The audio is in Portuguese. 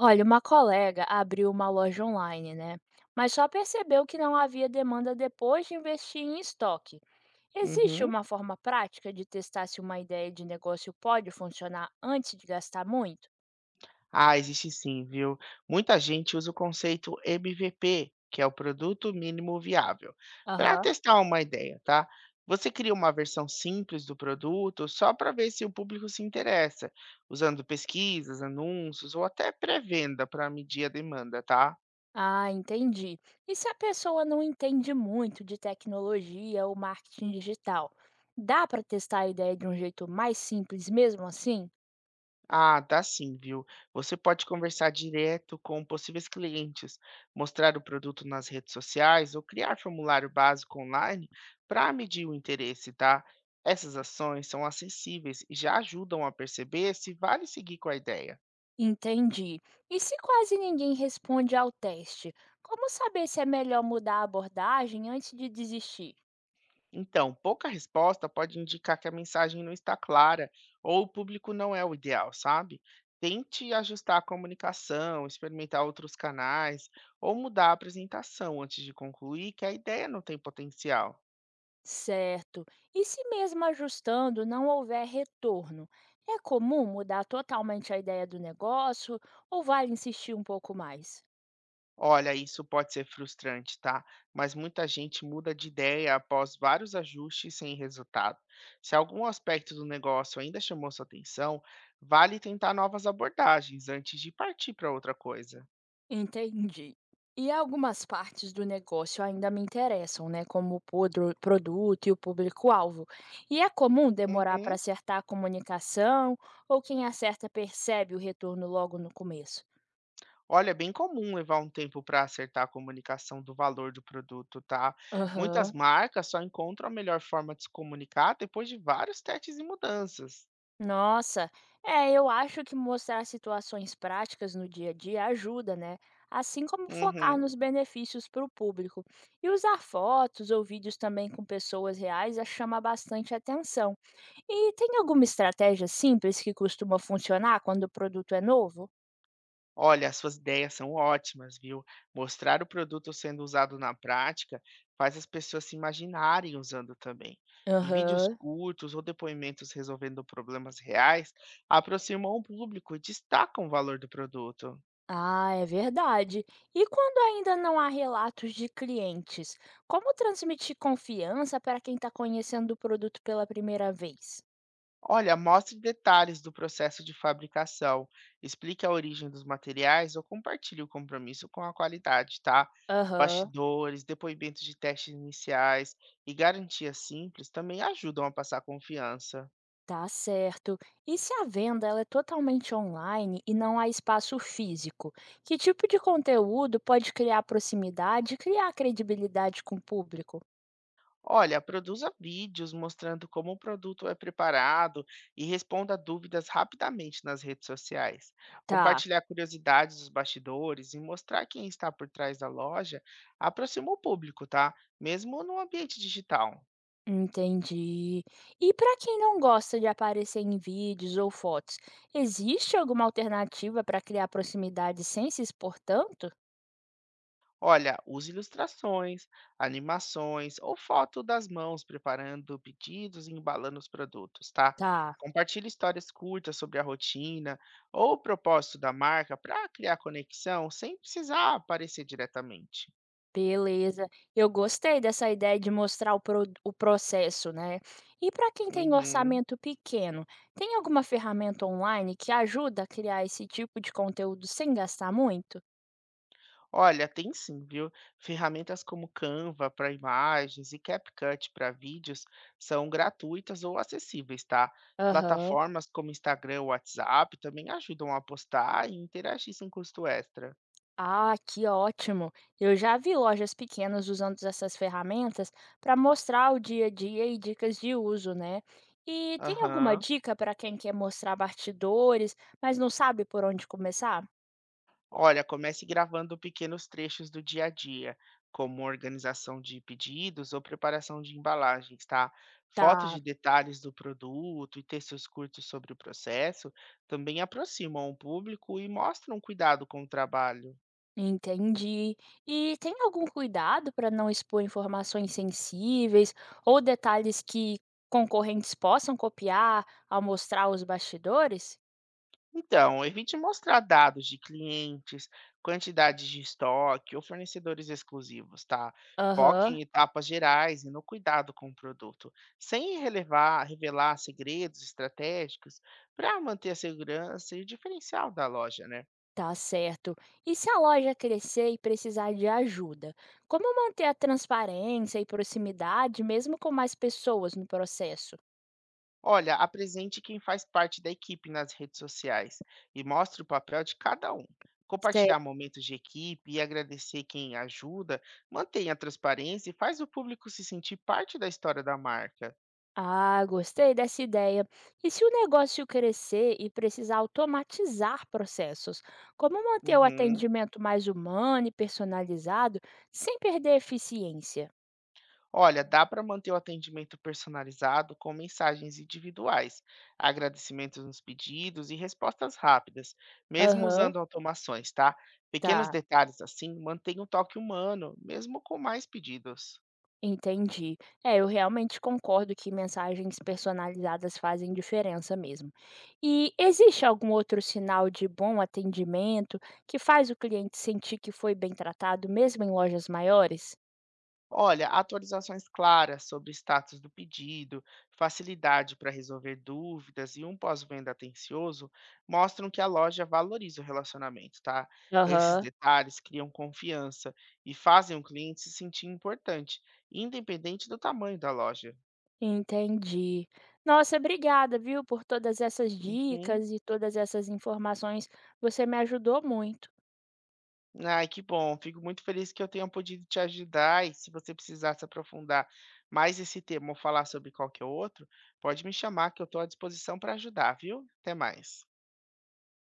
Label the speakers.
Speaker 1: Olha, uma colega abriu uma loja online, né? Mas só percebeu que não havia demanda depois de investir em estoque. Existe
Speaker 2: Uhum.
Speaker 1: uma forma prática de testar se uma ideia de negócio pode funcionar antes de gastar muito?
Speaker 2: Ah, existe sim, viu? Muita gente usa o conceito MVP, que é o produto mínimo viável, para
Speaker 1: Aham.
Speaker 2: testar uma ideia, tá? Você cria uma versão simples do produto só para ver se o público se interessa, usando pesquisas, anúncios ou até pré-venda para medir a demanda, tá?
Speaker 1: Ah, entendi. E se a pessoa não entende muito de tecnologia ou marketing digital? Dá para testar a ideia de um jeito mais simples mesmo assim?
Speaker 2: Ah, dá sim, viu? Você pode conversar direto com possíveis clientes, mostrar o produto nas redes sociais ou criar formulário básico online para medir o interesse, tá? Essas ações são acessíveis e já ajudam a perceber se vale seguir com a ideia.
Speaker 1: Entendi. E se quase ninguém responde ao teste, como saber se é melhor mudar a abordagem antes de desistir?
Speaker 2: Então, pouca resposta pode indicar que a mensagem não está clara ou o público não é o ideal, sabe? Tente ajustar a comunicação, experimentar outros canais ou mudar a apresentação antes de concluir que a ideia não tem potencial.
Speaker 1: Certo. E se mesmo ajustando não houver retorno, é comum mudar totalmente a ideia do negócio ou vale insistir um pouco mais?
Speaker 2: Olha, isso pode ser frustrante, tá? Mas muita gente muda de ideia após vários ajustes sem resultado. Se algum aspecto do negócio ainda chamou sua atenção, vale tentar novas abordagens antes de partir para outra coisa.
Speaker 1: Entendi. E algumas partes do negócio ainda me interessam, né? Como o produto e o público-alvo. E é comum demorar para
Speaker 2: Uhum.
Speaker 1: acertar a comunicação, ou quem acerta percebe o retorno logo no começo?
Speaker 2: Olha, é bem comum levar um tempo para acertar a comunicação do valor do produto, tá? Muitas
Speaker 1: Aham.
Speaker 2: marcas só encontram a melhor forma de se comunicar depois de vários testes e mudanças.
Speaker 1: Nossa, é, eu acho que mostrar situações práticas no dia a dia ajuda, né? Assim como focar nos
Speaker 2: Uhum.
Speaker 1: benefícios para o público. E usar fotos ou vídeos também com pessoas reais já chama bastante atenção. E tem alguma estratégia simples que costuma funcionar quando o produto é novo?
Speaker 2: Olha, as suas ideias são ótimas, viu? Mostrar o produto sendo usado na prática faz as pessoas se imaginarem usando também. E vídeos
Speaker 1: Aham.
Speaker 2: curtos ou depoimentos resolvendo problemas reais aproximam o público e destacam o valor do produto.
Speaker 1: Ah, é verdade. E quando ainda não há relatos de clientes, como transmitir confiança para quem está conhecendo o produto pela primeira vez?
Speaker 2: Olha, mostre detalhes do processo de fabricação, explique a origem dos materiais ou compartilhe o compromisso com a qualidade, tá?
Speaker 1: Aham.
Speaker 2: Bastidores, depoimentos de testes iniciais e garantias simples também ajudam a passar confiança.
Speaker 1: Tá certo. E se a venda ela é totalmente online e não há espaço físico, que tipo de conteúdo pode criar proximidade e criar credibilidade com o público?
Speaker 2: Olha, produza vídeos mostrando como o produto é preparado e responda dúvidas rapidamente nas redes sociais.
Speaker 1: Tá,
Speaker 2: Compartilhar curiosidades dos bastidores e mostrar quem está por trás da loja aproxima o público, tá? Mesmo no ambiente digital.
Speaker 1: entendi. E para quem não gosta de aparecer em vídeos ou fotos, existe alguma alternativa para criar proximidade sem se expor tanto?
Speaker 2: Olha, use ilustrações, animações ou foto das mãos preparando pedidos e embalando os produtos, tá?
Speaker 1: Tá.
Speaker 2: Compartilhe histórias curtas sobre a rotina ou o propósito da marca para criar conexão sem precisar aparecer diretamente.
Speaker 1: Beleza. Eu gostei dessa ideia de mostrar o processo, né? E para quem tem
Speaker 2: Uhum.
Speaker 1: orçamento pequeno, tem alguma ferramenta online que ajuda a criar esse tipo de conteúdo sem gastar muito?
Speaker 2: Olha, tem sim, viu? Ferramentas como Canva para imagens e CapCut para vídeos são gratuitas ou acessíveis, tá?
Speaker 1: Aham.
Speaker 2: Plataformas como Instagram ou WhatsApp também ajudam a postar e interagir sem custo extra.
Speaker 1: Ah, que ótimo! Eu já vi lojas pequenas usando essas ferramentas para mostrar o dia a dia e dicas de uso, né? E tem alguma
Speaker 2: Aham.
Speaker 1: dica para quem quer mostrar bastidores, mas não sabe por onde começar?
Speaker 2: Olha, comece gravando pequenos trechos do dia a dia, como organização de pedidos ou preparação de embalagens, tá? Fotos de
Speaker 1: Tá.
Speaker 2: detalhes do produto e textos curtos sobre o processo também aproximam o público e mostram cuidado com o trabalho.
Speaker 1: Entendi. E tem algum cuidado para não expor informações sensíveis ou detalhes que concorrentes possam copiar ao mostrar os bastidores?
Speaker 2: Então, evite mostrar dados de clientes, quantidades de estoque ou fornecedores exclusivos, tá? Foque
Speaker 1: Aham,
Speaker 2: em etapas gerais e no cuidado com o produto, sem revelar segredos estratégicos para manter a segurança e o diferencial da loja, né?
Speaker 1: tá certo. E se a loja crescer e precisar de ajuda, como manter a transparência e proximidade mesmo com mais pessoas no processo?
Speaker 2: Olha, apresente quem faz parte da equipe nas redes sociais e mostre o papel de cada um. Compartilhar momentos de equipe e agradecer quem ajuda, mantenha a transparência e faz o público se sentir parte da história da marca.
Speaker 1: Ah, gostei dessa ideia. E se o negócio crescer e precisar automatizar processos, como manter o
Speaker 2: Uhum.
Speaker 1: atendimento mais humano e personalizado sem perder a eficiência?
Speaker 2: Olha, dá para manter o atendimento personalizado com mensagens individuais, agradecimentos nos pedidos e respostas rápidas, mesmo
Speaker 1: Aham,
Speaker 2: usando automações, tá? Pequenos
Speaker 1: tá,
Speaker 2: detalhes assim mantêm o toque humano, mesmo com mais pedidos.
Speaker 1: entendi. É, eu realmente concordo que mensagens personalizadas fazem diferença mesmo. E existe algum outro sinal de bom atendimento que faz o cliente sentir que foi bem tratado, mesmo em lojas maiores?
Speaker 2: Olha, atualizações claras sobre o status do pedido, facilidade para resolver dúvidas e um pós-venda atencioso mostram que a loja valoriza o relacionamento, tá? Esses
Speaker 1: Aham.
Speaker 2: detalhes criam confiança e fazem o cliente se sentir importante, independente do tamanho da loja.
Speaker 1: Entendi. Nossa, obrigada, viu, por todas essas
Speaker 2: Uhum.
Speaker 1: dicas e todas essas informações. Você me ajudou muito.
Speaker 2: Ai, que bom. Fico muito feliz que eu tenha podido te ajudar. E se você precisar se aprofundar mais esse tema ou falar sobre qualquer outro, pode me chamar que eu estou à disposição para ajudar, viu? Até mais.